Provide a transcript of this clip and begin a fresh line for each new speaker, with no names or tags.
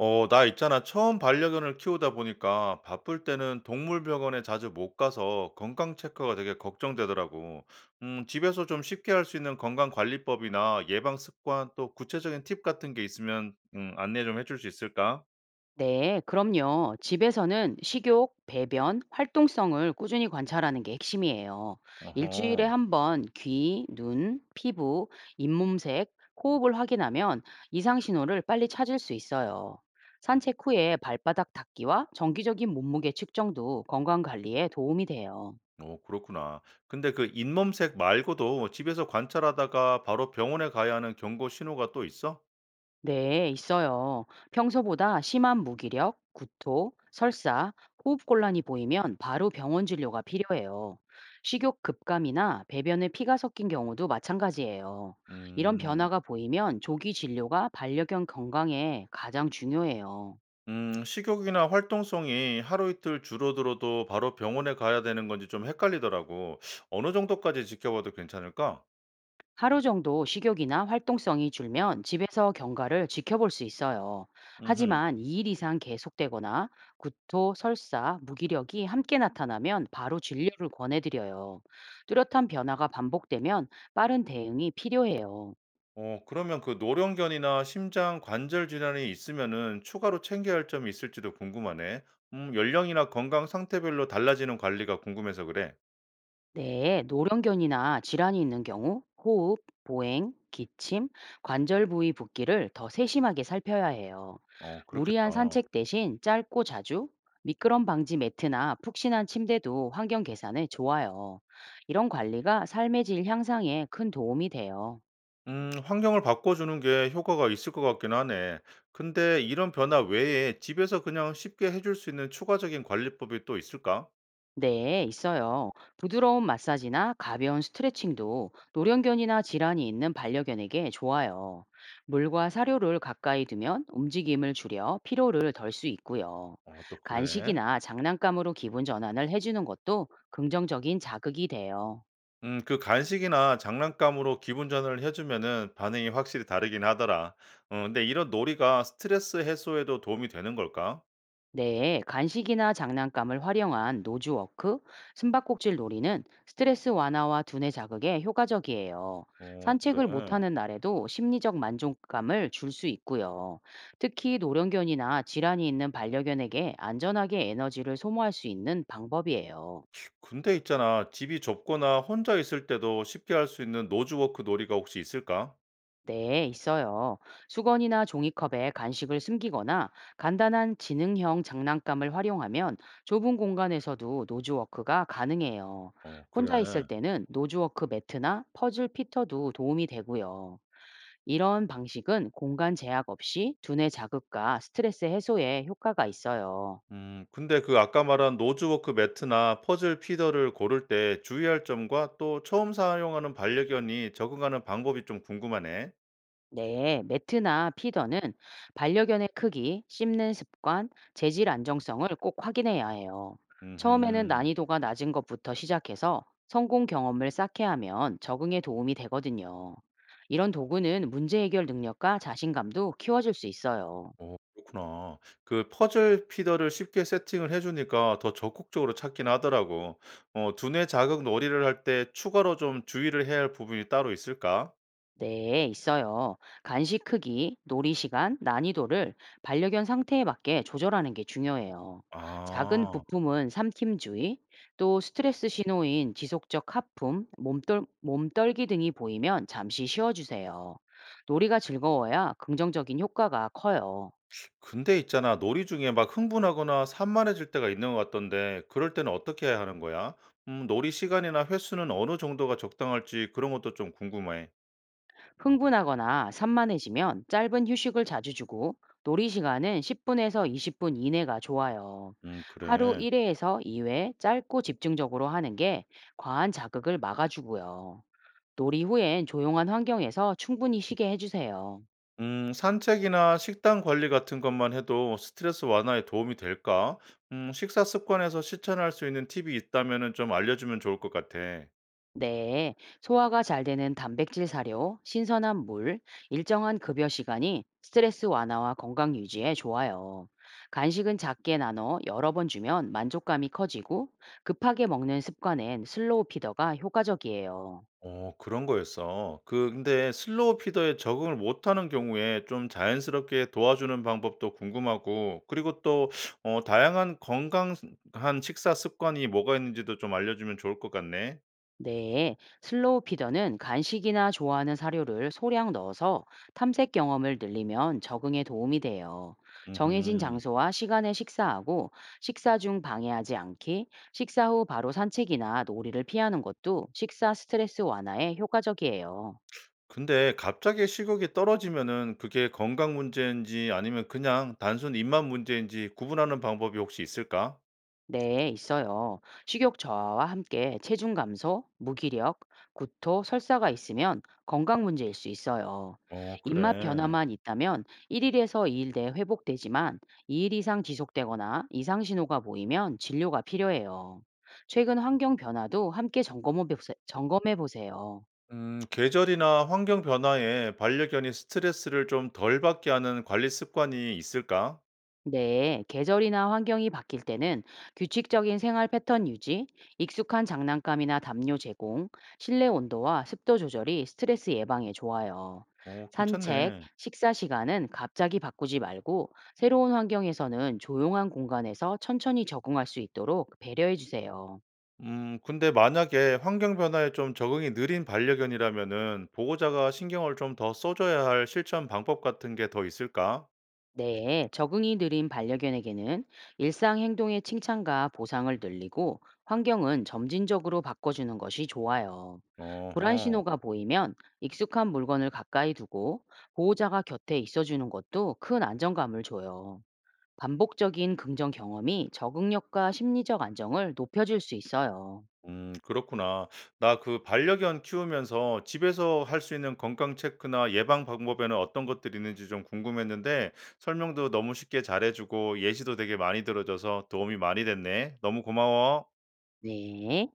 나 있잖아. 처음 반려견을 키우다 보니까 바쁠 때는 동물병원에 자주 못 가서 건강 체크가 되게 걱정되더라고. 집에서 좀 쉽게 할 수 있는 건강 관리법이나 예방 습관 또 구체적인 팁 같은 게 있으면 안내 좀 해줄 수 있을까?
네, 그럼요. 집에서는 식욕, 배변, 활동성을 꾸준히 관찰하는 게 핵심이에요. 일주일에
어허.
한 번 귀, 눈, 피부, 잇몸색, 호흡을 확인하면 이상 신호를 빨리 찾을 수 있어요. 산책 후에 발바닥 닦기와 정기적인 몸무게 측정도 건강 관리에 도움이 돼요.
그렇구나. 근데 그 잇몸색 말고도 집에서 관찰하다가 바로 병원에 가야 하는 경고 신호가 또 있어?
네, 있어요. 평소보다 심한 무기력, 구토, 설사, 호흡곤란이 보이면 바로 병원 진료가 필요해요. 식욕 급감이나 배변에 피가 섞인 경우도 마찬가지예요. 이런
음.
변화가 보이면 조기 진료가 반려견 건강에 가장 중요해요.
식욕이나 활동성이 하루 이틀 줄어들어도 바로 병원에 가야 되는 건지 좀 헷갈리더라고. 어느 정도까지 지켜봐도 괜찮을까?
하루 정도 식욕이나 활동성이 줄면 집에서 경과를 지켜볼 수 있어요.
음.
하지만 2일 이상 계속되거나 구토, 설사, 무기력이 함께 나타나면 바로 진료를 권해드려요. 뚜렷한 변화가 반복되면 빠른 대응이 필요해요.
그러면 그 노령견이나 심장 관절 질환이 있으면은 추가로 챙겨야 할 점이 있을지도 궁금하네. 연령이나 건강 상태별로 달라지는 관리가 궁금해서 그래.
네, 노령견이나 질환이 있는 경우 호흡, 보행, 기침, 관절 부위 붓기를 더 세심하게 살펴야 해요.
그렇겠다.
무리한 산책 대신 짧고 자주, 미끄럼 방지 매트나 푹신한 침대도 환경 개선에 좋아요. 이런 관리가 삶의 질 향상에 큰 도움이 돼요.
환경을 바꿔주는 게 효과가 있을 것 같긴 하네. 근데 이런 변화 외에 집에서 그냥 쉽게 해줄 수 있는 추가적인 관리법이 또 있을까?
네, 있어요. 부드러운 마사지나 가벼운 스트레칭도 노령견이나 질환이 있는 반려견에게 좋아요. 물과 사료를 가까이 두면 움직임을 줄여 피로를 덜 수 있고요.
또 그래?
간식이나 장난감으로 기분 전환을 해주는 것도 긍정적인 자극이 돼요.
그 간식이나 장난감으로 기분 전환을 해 주면은 반응이 확실히 다르긴 하더라. 근데 이런 놀이가 스트레스 해소에도 도움이 되는 걸까?
네, 간식이나 장난감을 활용한 노즈워크, 숨바꼭질 놀이는 스트레스 완화와 두뇌 자극에 효과적이에요. 산책을
그래.
못하는 날에도 심리적 만족감을 줄 수 있고요. 특히 노령견이나 질환이 있는 반려견에게 안전하게 에너지를 소모할 수 있는 방법이에요.
근데 있잖아. 집이 좁거나 혼자 있을 때도 쉽게 할 수 있는 노즈워크 놀이가 혹시 있을까?
네, 있어요. 수건이나 종이컵에 간식을 숨기거나 간단한 지능형 장난감을 활용하면 좁은 공간에서도 노즈워크가 가능해요. 혼자 있을
그래.
때는 노즈워크 매트나 퍼즐 피터도 도움이 되고요. 이런 방식은 공간 제약 없이 두뇌 자극과 스트레스 해소에 효과가 있어요.
근데 그 아까 말한 노즈워크 매트나 퍼즐 피더를 고를 때 주의할 점과 또 처음 사용하는 반려견이 적응하는 방법이 좀 궁금하네.
네, 매트나 피더는 반려견의 크기, 씹는 습관, 재질 안정성을 꼭 확인해야 해요. 처음에는
음흠.
난이도가 낮은 것부터 시작해서 성공 경험을 쌓게 하면 적응에 도움이 되거든요. 이런 도구는 문제 해결 능력과 자신감도 키워줄 수 있어요.
그렇구나. 그 퍼즐 피더를 쉽게 세팅을 해 주니까 더 적극적으로 찾긴 하더라고. 두뇌 자극 놀이를 할 때 추가로 좀 주의를 해야 할 부분이 따로 있을까?
네, 있어요. 간식 크기, 놀이 시간, 난이도를 반려견 상태에 맞게 조절하는 게 중요해요. 작은
아.
부품은 삼킴주의, 또 스트레스 신호인 지속적 하품, 몸떨기 등이 보이면 잠시 쉬어주세요. 놀이가 즐거워야 긍정적인 효과가 커요.
근데 있잖아. 놀이 중에 막 흥분하거나 산만해질 때가 있는 것 같던데 그럴 때는 어떻게 해야 하는 거야? 놀이 시간이나 횟수는 어느 정도가 적당할지 그런 것도 좀 궁금해.
흥분하거나 산만해지면 짧은 휴식을 자주 주고 놀이 시간은 10분에서 20분 이내가 좋아요. 하루
그래.
1회에서 2회 짧고 집중적으로 하는 게 과한 자극을 막아주고요. 놀이 후엔 조용한 환경에서 충분히 쉬게 해주세요.
산책이나 식단 관리 같은 것만 해도 스트레스 완화에 도움이 될까? 식사 습관에서 실천할 수 있는 팁이 있다면 좀 알려주면 좋을 것 같아.
네, 소화가 잘 되는 단백질 사료, 신선한 물, 일정한 급여 시간이 스트레스 완화와 건강 유지에 좋아요. 간식은 작게 나눠 여러 번 주면 만족감이 커지고 급하게 먹는 습관엔 슬로우 피더가 효과적이에요.
그런 거였어. 그, 근데 슬로우 피더에 적응을 못하는 경우에 좀 자연스럽게 도와주는 방법도 궁금하고, 그리고 또, 다양한 건강한 식사 습관이 뭐가 있는지도 좀 알려주면 좋을 것 같네.
네, 슬로우 피더는 간식이나 좋아하는 사료를 소량 넣어서 탐색 경험을 늘리면 적응에 도움이 돼요. 정해진
음
장소와 시간에 식사하고 식사 중 방해하지 않기, 식사 후 바로 산책이나 놀이를 피하는 것도 식사 스트레스 완화에 효과적이에요.
근데 갑자기 시국이 떨어지면은 그게 건강 문제인지 아니면 그냥 단순 입맛 문제인지 구분하는 방법이 혹시 있을까?
네, 있어요. 식욕 저하와 함께 체중 감소, 무기력, 구토, 설사가 있으면 건강 문제일 수 있어요. 입맛
그래.
변화만 있다면 1일에서 2일 내에 회복되지만 2일 이상 지속되거나 이상 신호가 보이면 진료가 필요해요. 최근 환경 변화도 함께 점검해 보세요.
계절이나 환경 변화에 반려견이 스트레스를 좀 덜 받게 하는 관리 습관이 있을까?
네, 계절이나 환경이 바뀔 때는 규칙적인 생활 패턴 유지, 익숙한 장난감이나 담요 제공, 실내 온도와 습도 조절이 스트레스 예방에 좋아요. 산책,
괜찮네.
식사 시간은 갑자기 바꾸지 말고 새로운 환경에서는 조용한 공간에서 천천히 적응할 수 있도록 배려해 주세요.
근데 만약에 환경 변화에 좀 적응이 느린 반려견이라면은 보호자가 신경을 좀 더 써줘야 할 실천 방법 같은 게 더 있을까?
네, 적응이 느린 반려견에게는 일상 행동의 칭찬과 보상을 늘리고 환경은 점진적으로 바꿔주는 것이 좋아요. 불안
어허.
신호가 보이면 익숙한 물건을 가까이 두고 보호자가 곁에 있어주는 것도 큰 안정감을 줘요. 반복적인 긍정 경험이 적응력과 심리적 안정을 높여줄 수 있어요.
그렇구나. 나 그 반려견 키우면서 집에서 할 수 있는 건강 체크나 예방 방법에는 어떤 것들이 있는지 좀 궁금했는데 설명도 너무 쉽게 잘해 주고 예시도 되게 많이 들어 줘서 도움이 많이 됐네. 너무 고마워.
네.